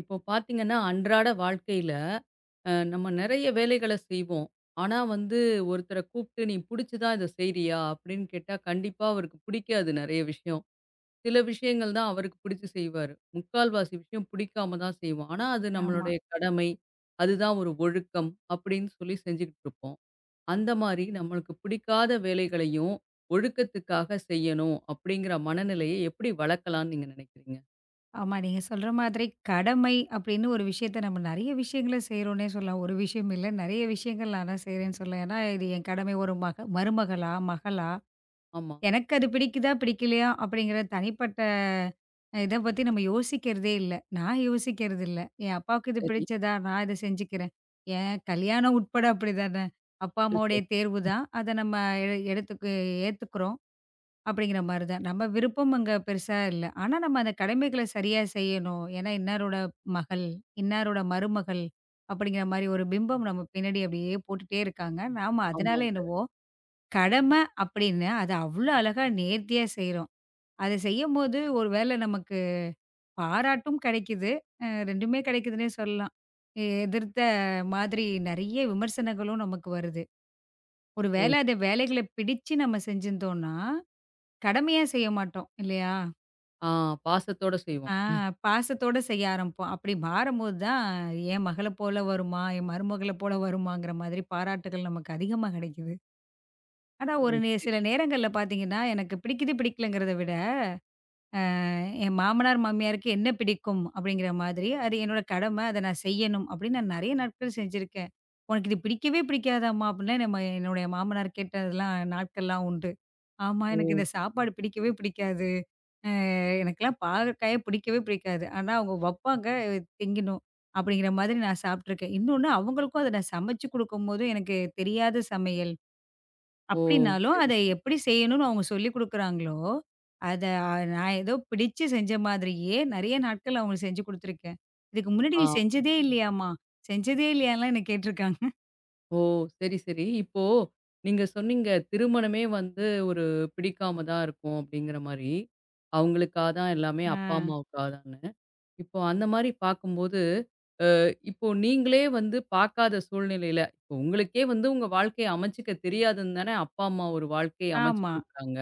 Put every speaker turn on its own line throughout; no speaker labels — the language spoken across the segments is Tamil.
இப்போ பார்த்தீங்கன்னா, அன்றாட வாழ்க்கையில நம்ம நெறைய வேலைகள செய்வோம். ஆனா வந்து ஒருத்தர கூப்ட்டு, "நீ புடிச்சு தான் இத செய்றியா?" அப்படின்னு கேட்டா, கண்டிப்பா அவருக்கு பிடிக்காது நெறைய விஷயம். சில விஷயங்கள் தான் அவருக்கு பிடிச்சு செய்வாரு. முக்கால்வாசி விஷயம் பிடிக்காம தான் செய்வோம். ஆனா, அது
ஆமா.
நம்மளுடைய கடமை. அதுதான் ஒரு ஒழுக்கம் அப்படின்னு சொல்லி செஞ்சுகிட்டு இருப்போம். அந்த மாரி நம்மளுக்கு பிடிக்காத வேலைகளையும், ஒழுக்கத்துக்காக செய்யணும் அப்படிங்கிற மனநிலையை எப்படி வளர்க்கலாம்ன்னு நீங்க நினைக்கிறீங்க?
ஆமா. நீங்க சொல்ற மாதிரி கடமை அப்படின்னு ஒரு விஷயத்த நம்ம நெறைய விஷயங்கள செய்றோம்னே சொல்லலாம். ஒரு விஷயம் இல்ல. நெறைய விஷயங்கள் நான் தான் செய்றேன்னு சொல்லலாம். ஏன்னா, இது என் கடமை ஒரு மருமகளா, மகளா,
ஆமா.
எனக்கு அது பிடிக்குதா, பிடிக்கலையா அப்படிங்கிற தனிப்பட்ட இத பத்தி நம்ம யோசிக்கிறதே இல்ல. நான் யோசிக்கிறது இல்ல. என் அப்பாவுக்கு இது
சரி.
பிடிச்சதா, நான் இத செஞ்சுக்கிறேன். என் கல்யாணம் உட்பட அப்படிதானே! அப்பா,
அச்சச்சோ!
அம்மாவுடைய தேர்வு தான். அத நம்ம எ எடுத்துக்கு ஏத்துக்கிறோம். அப்படிங்கிற மாரி தான். நம்ம விருப்பம் அங்க பெருசா இல்ல. ஆனா நம்ம அந்த கடமைகள சரியா செய்யணும். ஏன்னா இன்னாரோட மகள், இன்னாரோட மருமகள் அப்படிங்கிற மாரி ஒரு பிம்பம் நம்ம பின்னாடி அப்படியே போட்டுட்டே இருக்காங்க. நாம அதனால
ஆமாங்க.
என்னவோ, கடமை அப்படின்னு அத அவ்ளோ அழகா நேர்த்தியா செய்றோம். அத செய்யும்போது ஒரு வேள நமக்கு பாராட்டும் கிடைக்குது. 2மே கிடைக்குதுன்னே சொல்லலாம். எதிர்த்த மாதிரி நெறைய விமர்சனங்களும் நமக்கு வருது. ஒரு
ஓ!
வேள அத
சரி.
வேலைகள பிடிச்சு நம்ம செஞ்சிருந்தோம்னா, கடமையா செய்ய மாட்டோம் இல்லையா?
ஆ, பாசத்தோட செய்வோம்.
ஆ
ம்.
பாசத்தோட செய்ய ஆரம்பிப்போம். அப்படி மாறும்போது தான், என் மகள போல வருமா? என் மருமகள போல வருமாங்கிற மாதிரி பாராட்டுகள் நமக்கு அதிகமா கிடைக்குது. ஆனா ஒரு
ஓ! சரி.
சில நேரங்கள்ல பார்த்தீங்கன்னா, எனக்கு பிடிக்குது, பிடிக்கலங்கிறத விட, என் மாமனார், மாமியாருக்கு என்ன பிடிக்கும்? அப்படிங்கிற மாதிரி, அது என்னோட கடமை. அத நான் செய்யணும் அப்படின்னு நான் நெறைய நாட்கள் செஞ்சிருக்கேன். "உனக்கு இது பிடிக்கவே பிடிக்காதாம்மா?" அப்படிலாம் நம்ம என்னுடைய மாமனார் கேட்டதெல்லாம் நாட்கள்லாம் உண்டு. "ஆமா,
ஓ!
எனக்கு இந்த சாப்பாடு பிடிக்கவே பிடிக்காது." அ எனக்கெல்லாம் பாகற்காயே பிடிக்கவே பிடிக்காது. ஆனா, அவங்க வப்பாங்க திங்கணும். அப்படிங்கிற மாதிரி நான் சாப்பிட்டுருக்கேன். இன்னொன்னு அவங்களுக்கும் அத நான் சமைச்சு குடுக்கும்போது எனக்கு தெரியாத சமையல்
ஓ!
அப்படின்னாலும்,
சரி.
அத எப்படி செய்யணும்னு அவங்க சொல்லிக் குடுக்குறாங்களோ, அத நான் ஏதோ பிடிச்சு செஞ்ச மாதிரியே நெறைய நாட்கள் அவங்களுக்கு செஞ்சு குடுத்துருக்கேன். இதுக்கு முன்னாடி
ஆ.
நீ செஞ்சதே இல்லையாம்மா? செஞ்சதே இல்லையான்லாம் என்ன கேட்டுருக்காங்க.
ஓ! சரி, சரி. இப்போ நீங்க சொன்னீங்க, திருமணமே வந்து ஒரு பிடிக்காம தான் இருக்கும் அப்படிங்கிற மாரி. அவங்களுக்கா தான் எல்லாமே,
ஆ.
அப்பா அம்மாவுக்கா தான்னு. இப்போ அந்த மாரி பார்க்கும்போது, அ இப்போ நீங்களே வந்து பார்க்காத சூழ்நிலையில, இப்போ உங்களுக்கே வந்து உங்க வாழ்க்கைய அமைச்சுக்க தெரியாதுன்னு தானே அப்பா, அம்மா ஒரு வாழ்க்கைய அமைச்சு
ஆமா.
குடுக்குறாங்க.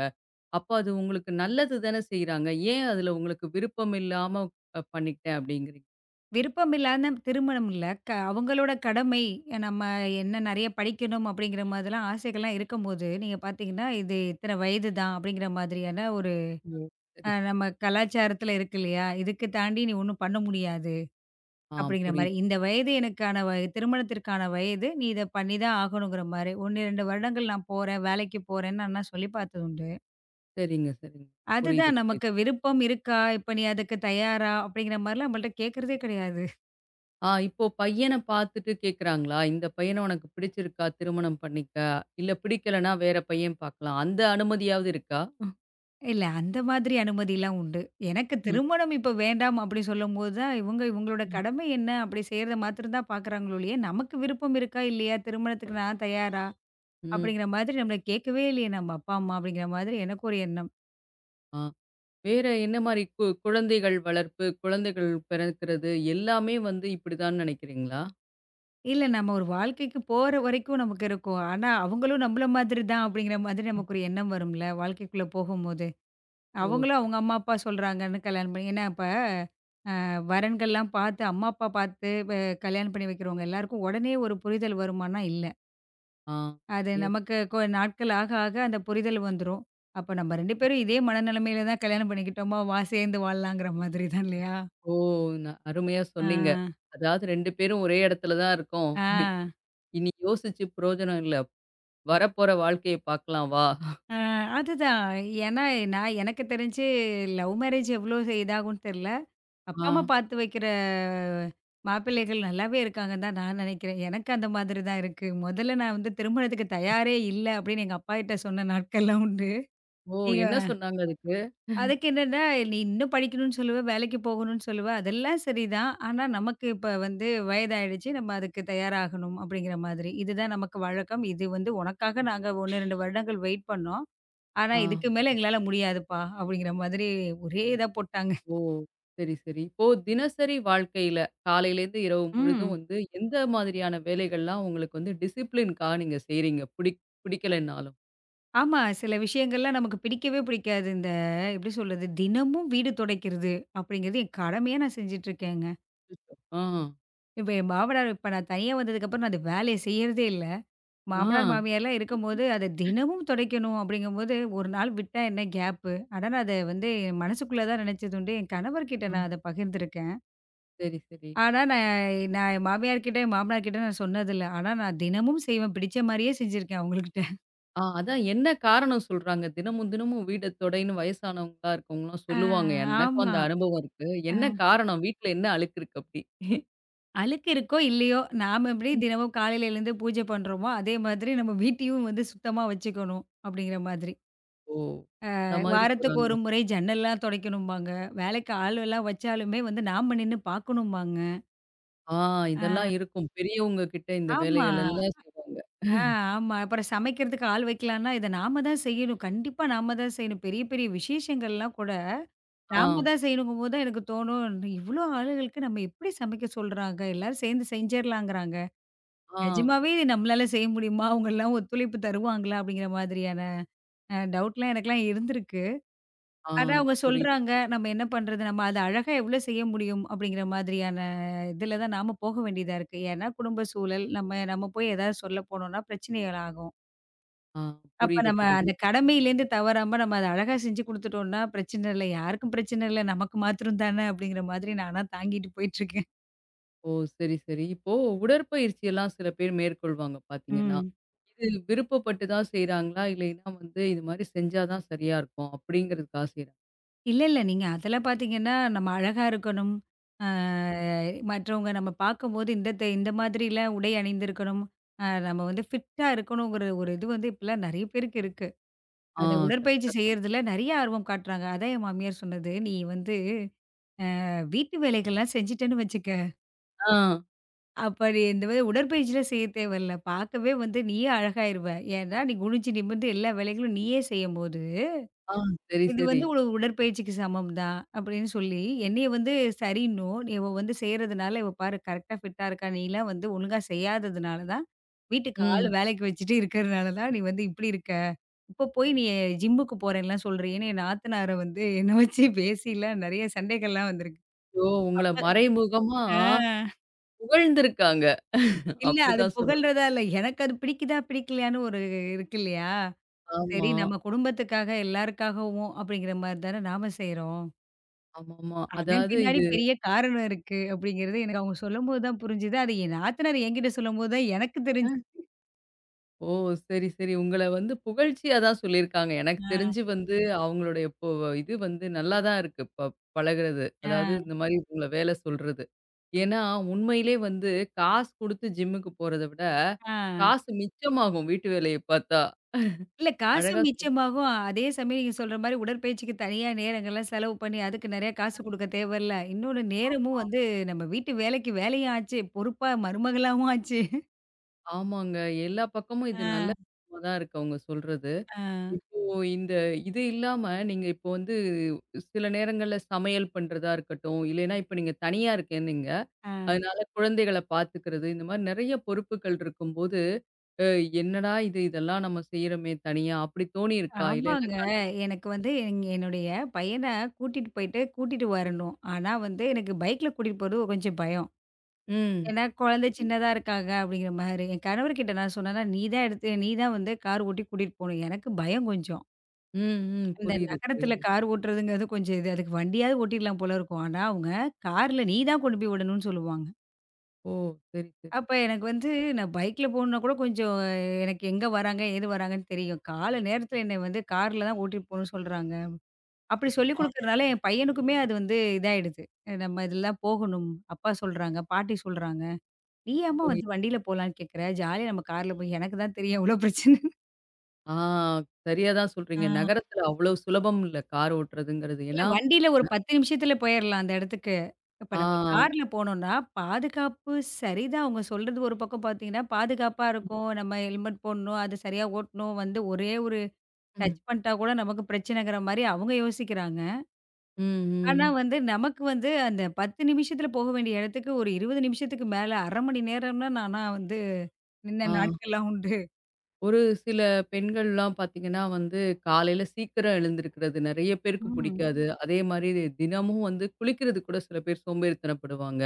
அப்ப அது உங்களுக்கு நல்லது தானே செய்றாங்க. ஏன் அதுல உங்களுக்கு விருப்பம் இல்லாம பண்ணிக்கிட்டேன் அப்படிங்கிறீங்க?
விருப்பமில்லாத திருமணம் இல்ல. அவங்களோட கடமை நம்ம என்ன நெறைய படிக்கணும் அப்படிங்கிற மாதிரிலாம் ஆசைகள்லாம் இருக்கும்போது, நீங்க பார்த்தீங்கன்னா, இது இத்தனை வயது தான் அப்படிங்கிற மாதிரியான ஒரு
ஓ! சரி, சரி.
நம்ம கலாச்சாரத்தில இருக்கு இல்லையா? இதுக்கு தாண்டி நீ ஒண்ணும் பண்ண முடியாது
ஆ,
அப்படிங்கிற மாரி.
புரியுது.
இந்த வயது எனக்கான திருமணத்திற்கான வயது. நீ இத பண்ணி தான் ஆகணுங்கிற மாரி. 1, 2 வருடங்கள் நான் போறேன், வேலைக்கு போறேன்னு அண்ணா சொல்லி பார்த்தது உண்டு.
சரிங்க, சரிங்க. புரியுது,
அதுதான்
புரியுது.
நமக்கு விருப்பம் இருக்கா? இப்ப நீ அதுக்கு தயாரா? அப்படிங்கிற மாரிலாம் நம்மள்ட்ட கேட்கிறதே கிடையாது.
ஆ, இப்போ பையன பார்த்துட்டு கேட்குறாங்களா? இந்த பையன உனக்கு பிடிச்சிருக்கா? திருமணம் பண்ணிக்க. இல்ல பிடிக்கலன்னா வேற பையன் பார்க்கலாம். அந்த அனுமதியாவது இருக்கா?
இல்ல அந்த மாதிரி அனுமதிலாம் உண்டு. எனக்கு
ம்.
திருமணம் இப்ப வேண்டாம் அப்படி சொல்லும்போது தான், இவங்க இவங்களோட
ம்.
கடமை என்ன? அப்படி செய்றத மாத்திரம் தான் பார்க்குறாங்களோ ஒழிய, நமக்கு விருப்பம் இருக்கா? இல்லையா? திருமணத்துக்கு நான் தயாரா?
ம்.
அப்படிங்கிற மாதிரி நம்மள கேட்கவே இல்லையே நம்ம அப்பா, அம்மா அப்படிங்கிற மாதிரி எனக்கு ஒரு எண்ணம்.
ஆ. வேற என்ன மாரி குழந்தைகள் வளர்ப்பு, குழந்தைகள் பிறக்கிறது எல்லாமே வந்து இப்படிதான்னு நினைக்கிறீங்களா?
இல்ல நம்ம ஒரு வாழ்க்கைக்கு போற வரைக்கும் நமக்கு இருக்கும். ஆனா அவங்களும் நம்மள மாதிரி தான் அப்படிங்கிற மாதிரி நமக்கு ஒரு எண்ணம் வரும்ல, வாழ்க்கைக்குள்ள போகும்போது.
ஓ!
அவங்களும்
சரி.
அவங்க அம்மா, அப்பா சொல்றாங்கன்னு கல்யாணம் பண்ணி ஏன்னா இப்ப வரன்கள்லாம் பார்த்து, அம்மா, அப்பா பார்த்து கல்யாணம் பண்ணி வைக்கிறவங்க எல்லாருக்கும் உடனே ஒரு புரிதல் வருமான்னா, இல்ல.
ஆ.
அது
எஸ்.
நமக்கு நாட்கள் ஆக, ஆக அந்த புரிதல் வந்துரும். அப்ப நம்ம 2 பேரும் இதே மனநிலைமையில தான் கல்யாணம் பண்ணிக்கிட்டோமா, வா சேர்ந்து வாழலாங்கிற மாதிரி தான் இல்லையா?
ஓ! அருமையா
ஆ,
சொன்னீங்க. அதாவது 2 பேரும் ஒரே இடத்துல தான் இருக்கோம்.
ஆ,
இனி யோசிச்சு பிரயோஜனம் இல்ல. வரப்போற வாழ்க்கைய பார்க்கலாம் வா!
ஆ. அதுதான். ஏன்னா, நான் எனக்கு தெரிஞ்சு லவ் மேரேஜ் எவ்வளோ இதாகும்ன்னு தெரியல. அப்பா,
ஆ.
அம்மா பாத்து வைக்கிற மாப்பிள்ளைகள் நல்லாவே இருக்காங்கன்னு தான் நான் நினைக்கிறேன். எனக்கு அந்த மாதிரி தான் இருக்கு. முதல்ல நான் வந்து திருமணத்துக்கு தயாரே இல்ல அப்படின்னு எங்க அப்பாகிட்ட சொன்ன நாட்கள்லாம் உண்டு.
ஓ!
நீங்க
என்ன சொன்னாங்க அதுக்கு?
அதுக்கு என்னன்னா, நீ இன்னும் படிக்கணும்னு சொல்லுவ, வேலைக்கு போகணும்னு சொல்லுவ. அதெல்லாம் சரிதான். ஆனா நமக்கு இப்ப வந்து வயதாயிடுச்சு. நம்ம அதுக்கு தயாராகணும் அப்படிங்கிற மாதிரி. இதுதான் நமக்கு வழக்கம். இது வந்து உனக்காக நாங்க 1, 2 வருடங்கள் வெயிட் பண்ணோம். ஆனா
ஆ.
இதுக்கு மேல எங்களால முடியாதுப்பா அப்படிங்கிற மாதிரி ஒரே இதா போட்டாங்க.
ஓ! சரி, சரி. இப்போ தினசரி வாழ்க்கையில காலையிலேருந்து இரவு முழுதும்
ம்.
வந்து எந்த மாதிரியான வேலைகள்லாம் உங்களுக்கு வந்து டிசிப்ளின்க்காக நீங்க செய்றீங்க? பிடிக்கலைன்னாலும்.
ஆமா. சில விஷயங்கள்லாம் நமக்கு பிடிக்கவே பிடிக்காது. இந்த எப்படி சொல்றது? தினமும் வீடு துடைக்கிறது அப்படிங்கிறது என் கடமையா நான் செஞ்சுட்டுருக்கேங்க.
அச்சச்சோ! ஆ.
இப்ப என் மாமனார் இப்ப நான் தனியா வந்ததுக்கப்புறம் நான் அந்த வேலைய செய்யறதே இல்ல.
ஆ.
மாமனார், மாமியார்லாம் இருக்கும்போது அத தினமும் துடைக்கணும் அப்படிங்கும்போது, ஒரு நாள் விட்டா என்ன கேப்பு? ஆனா நான் அத வந்து என் மனசுக்குள்ள தான் நினைச்சதுண்டு. என் கணவர்கிட்ட
ஆ.
நான் அத பகிர்ந்திருக்கேன்.
சரி, சரி.
ஆனா நான் நான் என் மாமியார் கிட்ட, என் மாமனார் கிட்ட நான் சொன்னதில்ல. ஆனா நான் தினமும் செய்வேன். பிடிச்ச மாரியே செஞ்சிருக்கேன் அவங்கள்கிட்ட.
ஆ, அதான் என்ன காரணம் சொல்றாங்க? தினமும் தினமும் வீட தொடைன்னு வயசானவங்களா இருக்கவங்கலாம்
ஆ
சொல்லுவாங்க. எனக்கும்
ஆமா.
அந்த அனுபவம் இருக்கு. என்ன காரணம்? வீட்ல என்ன அழுக்கு இருக்கு அப்படி?
அழுக்கு இருக்கோ இல்லையோ, நாம எப்படி
ம்.
தினமும் காலையில எழுந்து பூஜை பண்றோமோ, அதே மாதிரி நம்ம வீட்டையும் வந்து சுத்தமா வச்சுக்கணும் அப்படிங்கிற மாதிரி.
ஓ! அந்த மாதிரி
வாரத்துக்கு
போறாங்க.
ஒரு முறை ஜன்னல்லாம் தொடைக்கணும்பாங்க. வேலைக்கு ஆள் எல்லாம் வச்சாலுமே வந்து நாம நின்னு பார்க்கணும்பாங்க.
ஆ, இதெல்லாம் இருக்கும். பெரியவங்க கிட்ட இந்த
ஆமா.
வேலைகள் எல்லாம் செய்வாங்க.
ஆ ஆமா. அப்புறம் சமைக்கிறதுக்கு ஆள் வைக்கலான்னா, இத நாம தான் செய்யணும். கண்டிப்பா நாம தான் செய்யணும். பெரிய பெரிய விசேஷங்கள்லாம் கூட
ஆ,
நாம தான் செய்யணுங்கும்போது தான் எனக்கு தோணும், இவ்ளோ ஆளுகளுக்கு நம்ம எப்படி சமைக்க சொல்றாங்க? எல்லாரும் சேர்ந்து செஞ்சிரலாங்கிறாங்க.
ஆ,
நிஜமாவே இது நம்மளால செய்ய முடியுமா? அவங்கலாம் ஒத்துழைப்பு தருவாங்களா? அப்படிங்கிற மாதிரியான டவுட்லாம் எனக்கெல்லாம் இருந்திருக்கு.
ஆ.
ஆனா அவங்க
புரியுது,
சொல்றாங்க,
புரியுது.
நம்ம என்ன பண்றது? நம்ம அத அழகா எவ்வளோ செய்ய முடியும்? அப்படிங்கிற மாதிரியான இதில தான் நாம போக வேண்டியதா இருக்கு. ஏன்னா குடும்ப சூழல், நம்ம நம்ம போய் ஏதாவது சொல்ல போனோம்னா பிரச்சனைகள் ஆகும்.
ஆ,
அப்ப
புரியுது,
நம்ம அந்த
புரியுது.
கடமையிலேருந்து தவறாம நம்ம அத அழகா செஞ்சு குடுத்துட்டோம்னா, பிரச்சனை இல்ல. யாருக்கும் பிரச்சனை இல்ல. நமக்கு மாத்திரம் தானே அப்படிங்கிற மாதிரி நானா தாங்கிட்டு போயிட்டுருக்கேன்.
ஓ! சரி, சரி. இப்போ உடற்பயிற்சி எல்லாம் சில பேர் மேற்கொள்வாங்க பார்த்தீங்கன்னா,
ம்.
இது விருப்பப்பட்டு தான் செய்றாங்களா? இல்லைன்னா வந்து இது மாரி செஞ்சா தான் சரியா இருக்கும் அப்படிங்கிறதுக்காக செய்றாங்க.
இல்ல, இல்ல. நீங்க அதுல பார்த்தீங்கன்னா, நம்ம அழகா இருக்கணும். அ மற்றவங்க நம்ம பார்க்கும்போது இந்த மாதிரிலாம் உடை அணிந்திருக்கணும். நம்ம வந்து ஃபிட்டா இருக்கணுங்கிற ஒரு இது வந்து இப்பலாம் நெறைய பேருக்கு இருக்கு.
ஆ,
அத உடற்பயிற்சி
கரெக்ட்டா சொன்னீங்க.
செய்யறதுல நெறைய ஆர்வம் காட்டுறாங்க. அதான் என் மாமியார் சொன்னது. "நீ வந்து வீட்டு வேலைகள்லாம் செஞ்சுட்டேன்னு வச்சுக்க,
ஆ,
அப்ப நீ இந்த மாரி உடற்பயிற்சிலாம் செய்ய தேவையில்ல. பார்க்கவே வந்து நீயே அழகாயிருவ. ஏன்னா, நீ குனிஞ்சு நிமிர்ந்து எல்லா வேலைகளும் நீயே செய்யும்போது."
ஆ. சரி,
இது
சரி.
வந்து ஒரு உடற்பயிற்சிக்கு சமம் தான் அப்படின்னு சொல்லி, என்னைய வந்து சரின்னும், இவ வந்து செய்றதுனால இவ பாரு கரெக்ட்டா ஃபிட்டா இருக்கா, நீலாம் வந்து ஒழுங்கா செய்யாததுனால தான், வீட்டுக்கு ஆள்
ம்.
வேலைக்கு வச்சுட்டு இருக்கிறதுனால தான் நீ வந்து இப்படி இருக்க. இப்போ போய் நீ ஜிம்முக்கு போறேன்லாம் சொல்றியேன்னு என் நாத்தனார வந்து என்ன வச்சு பேசிலாம் நெறைய சண்டைகள்லாம் வந்திருக்கு.
ஐயோ! உங்கள
அப்ப
மறைமுகமா
ஆ.
புகழ்ந்திருக்காங்க.
இல்ல அது
அப்படிதான் சொல்லணும்.
புகழ்றதா இல்ல. எனக்கு அது பிடிக்குதா, பிடிக்கலையான்னு ஒரு இருக்கு இல்லையா? சரி
ஆமா.
நம்ம குடும்பத்துக்காக எல்லாருக்காகவும் அப்படிங்கிற மாரி தானே நாம செய்றோம்.
ஆமாமா.
அதன்
அதாவது
பின்னாடி
இது
பெரிய காரணம் இருக்கு அப்படிங்கிறது எனக்கு அவங்க சொல்லும்போது தான் புரிஞ்சுது. அது என் நாத்தனார் என்கிட்ட சொல்லும்போது தான் எனக்கு தெரிஞ்சு
ஓ! சரி, சரி. உங்கள வந்து புகழ்ச்சியா தான் சொல்லியிருக்காங்க. எனக்கு
ஆ,
தெரிஞ்சு வந்து அவங்களுடைய இது வந்து நல்லா தான் இருக்கு. பழகுறது.
ஆ,
அதாவது இந்த மாரி உங்கள வேல சொல்றது. ஏன்னா, உண்மையிலே வந்து காசு குடுத்து ஜிம்முக்கு போறத விட,
ஆ.
காசு மிச்சமாகும் வீட்டு வேலைய பார்த்தா.
இல்ல காசும்
அழகா சொல்
மிச்சமாகும். அதே சமயம் நீங்க சொல்ற மாரி உடற்பயிற்சிக்கு தனியா நேரங்கள்லாம் செலவு பண்ணி அதுக்கு நெறைய காசு குடுக்க தேவையில்ல. இன்னொன்னு நேரமும்
ஆமா,
வந்து நம்ம வீட்டு வேலைக்கு வேலையும் ஆச்சு. பொறுப்பா மருமகளாவும் ஆச்சு.
ஆமாங்க. எல்லா பக்கமும் இது நல்ல
ஆ,
விஷயமா தான் இருக்கு அவங்க சொல்றது.
ஆ,
இப்போ இந்த இது இல்லாம நீங்க இப்போ வந்து சில நேரங்கள்ல சமையல் பண்றதா இருக்கட்டும், இல்லைன்னா இப்ப நீங்க தனியா இருக்கேன்னீங்க.
ஆ.
அதனால குழந்தைகள பார்த்துக்கிறது, இந்த மாரி நெறைய பொறுப்புகள் இருக்கும்போது, அ என்னடா இது இதெல்லாம் நம்ம செய்றோமே தனியா அப்படி தோணியிருக்கா? இல்லன்னா
ஆமாங்க. எனக்கு வந்து என்னுடைய பையன கூட்டிட்டு போயிட்டு கூட்டிட்டு வரணும். ஆனா வந்து எனக்கு பைக்ல கூட்டிட்டு போறது கொஞ்சம் பயம்.
ம்.
ஏன்னா குழந்தை
சரி.
சின்னதா இருக்காங்க அப்படிங்கிற மாரி. என் கணவர்கிட்ட நான் சொன்னேன்னா, "நீ தான் எடுத்து நீ தான் வந்து கார் ஓட்டி கூட்டிட்டு போணும்." எனக்கு பயம் கொஞ்சம்.
ம், ம்.
இந்த
புரியுது,
நகரத்தில
புரியுது.
கார் ஓட்டுறதுங்கிறது கொஞ்சம் இது. அதுக்கு வண்டியாவது ஓட்டிடலாம் போல இருக்கும். ஆனா அவங்க கார்ல நீ தான் கொண்டு போய் விடணும்னு சொல்லுவாங்க.
ஓ! சரி, சரி.
அப்ப எனக்கு வந்து நான் பைக்ல போகணும்னா கூட கொஞ்சம் எனக்கு எங்க வராங்க, ஏது வராங்கன்னு தெரியும். காலை நேரத்தில என்னை வந்து கார்ல தான் ஓட்டிட்டு போணும்னு சொல்றாங்க. அப்படி சொல்லிக்
ஆ,
குடுக்கறனால என் பையனுக்குமே அது வந்து இதாயிடுது. நம்ம இதெல்லாம் போகணும். அப்பா சொல்றாங்க, பாட்டி சொல்றாங்க. நீ ஏம்மா
புரியுது.
வந்து வண்டியில போலான்னு கேட்குற? ஜாலியா நம்ம கார்ல போய் எனக்கு தான் தெரியும் எவ்ளோ பிரச்சனைன்னு.
ஆ, சரியா தான்
ஆ.
சொல்றீங்க. நகரத்துல அவ்வளோ சுலபம் இல்ல கார் ஓட்டுறதுங்கிறது.
இல்ல
ஏன்னா,
வண்டியில ஒரு
ந
10 நிமிஷத்துல போயிரலாம் அந்த இடத்துக்கு. இப்ப
ஆ.
நம்ம கார்ல போனோம்னா, பாதுகாப்பு சரிதான். அவங்க சொல்றது ஒரு பக்கம் பார்த்தீங்கன்னா, பாதுகாப்பா இருக்கும். நம்ம ஹெல்மெட் போடணும், அது சரியா ஓட்டணும், வந்து ஒரே ஒரு டச்
ம்,
பண்ணிட்டா கூட நமக்கு பிரச்சனைங்கிற மாரி அவங்க யோசிக்கிறாங்க.
ம், ம்.
ஆனா
ம்.
வந்து நமக்கு வந்து அந்த 10 நிமிஷத்துல போக வேண்டிய இடத்துக்கு ஒரு 20 நிமிஷத்துக்கு மேல 1/2 மணி நேரம்னா நானா வந்து நின்ன
ஆ.
நாட்கள்லாம் உண்டு.
ஒரு சில பெண்கள்லாம் பார்த்தீங்கன்னா வந்து, காலையில சீக்கிரம் எழுந்திருக்கிறது நெறைய பேருக்கு ம்.
ம்.
புடிக்காது. அதே மாரி தினமும் வந்து குளிக்கிறது கூட சில பேர் சோம்பேறித்தனப்படுவாங்க.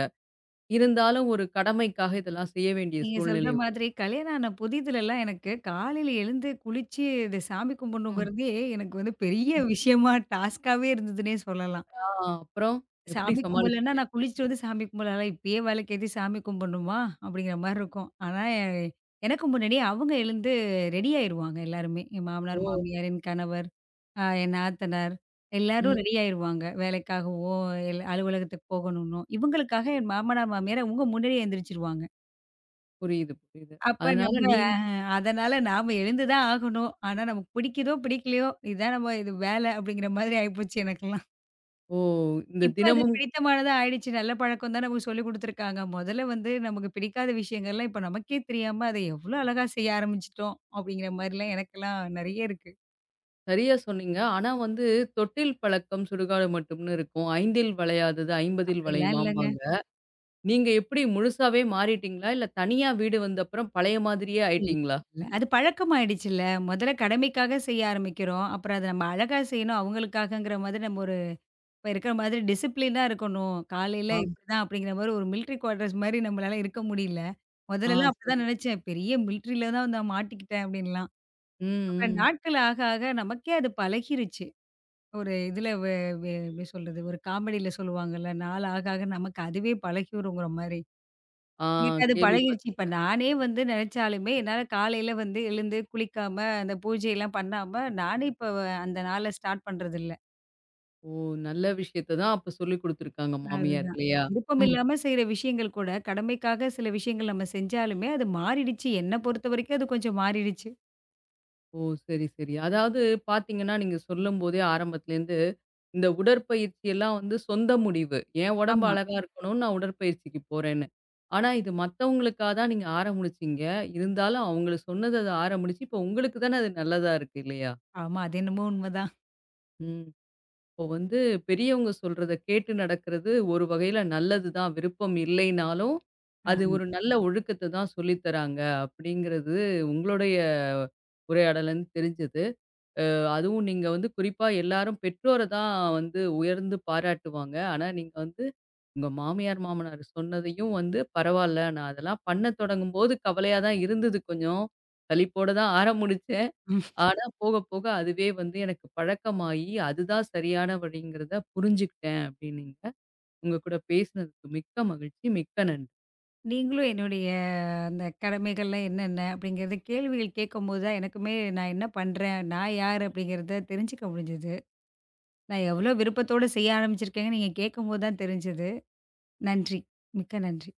இருந்தாலும் ஒரு கடமைக்காக இதெல்லாம் செய்ய வேண்டிய
நீங்க சொல்ற
சூழ்நிலை வரும்.
மாதிரி கல்யாணம் ஆன புதிதுலலாம் எனக்கு காலையில எழுந்து குளிச்சு, இது சாமி
ம்,
கும்பிடணுங்கிறதே எனக்கு வந்து பெரிய
ம்.
விஷயமா டாஸ்க்காவே இருந்ததுன்னே சொல்லலாம்.
ஆ, அப்புறம் எப்படி
சாமி கும்பலன்னா
சமாளிச்சீங்க?
நான் குளிச்சுட்டு வந்து சாமி கும்பலாலாம் இப்பயே விளக்கேத்தி சாமி கும்பிடணுமா? அப்படிங்கிற மாரி இருக்கும். ஆனா எனக்கு முன்னாடியே அவங்க எழுந்து ரெடி ஆயிருவாங்க எல்லாருமே. என் மாமனார்,
ஓ!
மாமியார், என் கணவர், என் நாத்தனார்
ம்.
எல்லாரும் ரெடி ஆயிருவாங்க. வேலைக்காகவோ, இல்ல அலுவலகத்துக்கு போகணும்னோ. இவங்களுக்காக என் மாமனார், மாமியார் அவங்க முன்னாடியே எந்திரிச்சுருவாங்க.
புரியுது, புரியுது.
அப்ப
அதனால
நம்ம
நீங்க
அதனால நாம எழுந்து தான் ஆகணும். ஆனா நமக்கு பிடிக்குதோ, பிடிக்கலையோ, இதான் நம்ம இது வேலை அப்படிங்கிற மாதிரி ஆயிப்போச்சு எனக்கெல்லாம்.
ஓ! இந்த
இப்ப அது
தினமும்
பிடித்தமானதா ஆயிடுச்சு. நல்ல பழக்கம் தான் நமக்கு சொல்லிக் குடுத்துருக்காங்க. முதல்ல வந்து நமக்கு பிடிக்காத விஷயங்கள்லாம் இப்ப நமக்கே தெரியாம அதை எவ்ளோ அழகா செய்ய ஆரம்பிச்சுட்டோம் அப்படிங்கிற மாரிலாம் எனக்கெல்லாம் நெறைய இருக்கு.
சரியா சொன்னீங்க. ஆனா வந்து தொட்டில் பழக்கம் சுடுகாடு மட்டும்னு இருக்கும். "5ல் வளையாதது 50ல்
அப்படிலாம் இல்லங்க.
வளையுமாம்பாங்க." நீங்க எப்படி முழுசாவே மாறிட்டீங்களா? இல்ல தனியா வீடு வந்த அப்புறம் பழைய மாதிரியே
இல்ல,
ஆயிட்டீங்களா?
இல்ல. அது பழக்கமாயிடுச்சுல்ல. முதல்ல கடமைக்காக செய்ய ஆரம்பிக்கிறோம். அப்புறம் அத நம்ம அழகா செய்யணும் அவங்களுக்காகங்கிற மாதிரி நம்ம ஒரு இப்ப இருக்கிற மாதிரி டிசிப்ளினா இருக்கணும். காலையில
ஆ,
இப்படிதான் அப்படிங்கிற மாரி ஒரு மிலிட்டரி குவார்ட்டர்ஸ் மாரி நம்மளால இருக்க முடியல.
ஆ.
முதல்லலாம்
சரி,
அப்படிதான்
சரி.
நினைச்சேன். பெரிய மிலிட்டரில தான் நான் மாட்டிக்கிட்டேன் அப்படின்லாம்.
ம்,
அப்புறம்
ம்.
நாட்கள் ஆக ஆக நமக்கே அது பழகிருச்சு. ஒரு இதுல வ வ எப்படி சொல்றது? ஒரு காமெடியில சொல்லுவாங்கல்ல, நாள் ஆக ஆக நமக்கு அதுவே பழகிருங்கிற மாரி.
ஆ,
எனக்கு அது பழகிருச்சு. இப்ப
கேள்விப்பட்டுருக்கேன்.
நானே வந்து நினைச்சாலுமே என்னால காலையில வந்து எழுந்து குளிக்காம அந்த பூஜையெல்லாம் பண்ணாம நானே இப்ப அந்த நாள ஸ்டார்ட் பண்றதில்ல.
ஓ! நல்ல விஷயத்த தான் அப்ப சொல்லிக் குடுத்துருக்காங்க மாமியார்
அதுதான்.
இல்லையா?
விருப்பம்
ம்.
இல்லாம செய்ற விஷயங்கள் கூட, கடமைக்காக சில விஷயங்கள் நம்ம செஞ்சாலுமே, அது மாறிடுச்சு. என்ன பொறுத்தவரைக்கும் அது கொஞ்சம் மாறிடுச்சு.
ஓ! சரி, சரி. அதாவது பார்த்தீங்கன்னா, நீங்க சொல்லும்போதே ஆரம்பத்துலேருந்து, இந்த உடற்பயிற்சி எல்லாம் வந்து சொந்த முடிவு. என் உடம்பு
ஆமா,
அழகா இருக்கணும்னு நான் உடற்பயிற்சிக்கு போறேன்னு. ஆனா இது மத்தவங்களுக்கா தான் நீங்க ஆரம்பிச்சீங்க. இருந்தாலும் அவங்கள சொன்னத அத ஆரம்பிச்சு, இப்போ உங்களுக்கு தானே அது நல்லதா இருக்கு இல்லையா?
ஆமா. அது என்னமோ உண்மதான்.
ம். இப்போ வந்து பெரியவங்க சொல்றத கேட்டு நடக்கிறது ஒரு வகையில நல்லது தான். விருப்பம் இல்லைனாலும், அது
ஆமா.
ஒரு நல்ல ஒழுக்கத்த தான் சொல்லித் தராங்க அப்படிங்கிறது உங்களுடைய உரையாடலருந்து தெரிஞ்சது. அதுவும் நீங்க வந்து குறிப்பா எல்லாரும் பெற்றோர தான் வந்து உயர்ந்து பாராட்டுவாங்க. ஆனா நீங்க வந்து உங்க மாமியார், மாமனார் சொன்னதையும் வந்து பரவால்ல, நான் அதெல்லாம் பண்ணத் தொடங்கும்போது கவலையா தான் இருந்தது கொஞ்சம். சலிப்போட தான் ஆரம்பிச்சு
ம்.
ஆனா போக, போக அதுவே வந்து எனக்கு பழக்கமாயி, அதுதான் சரியான வழிங்கிறத புரிஞ்சுக்கிட்டேன் அப்டின்னீங்க. உங்க கூட பேசினதுக்கு மிக்க மகிழ்ச்சி. மிக்க நன்றி.
நீங்களும் என்னுடைய அந்த கடமைகள்லாம் என்னென்ன அப்படிங்கிறத கேள்விகள் கேட்கும்போது தான் எனக்குமே நான் என்ன பண்றேன்? நான் யார்? அப்படிங்கிறத தெரிஞ்சுக்க முடிஞ்சது. நான் எவ்வளோ விருப்பத்தோட செய்ய ஆரம்பிச்சிருக்கேன்னு நீங்க கேட்கும்போது தான் தெரிஞ்சது. நன்றி. மிக்க நன்றி.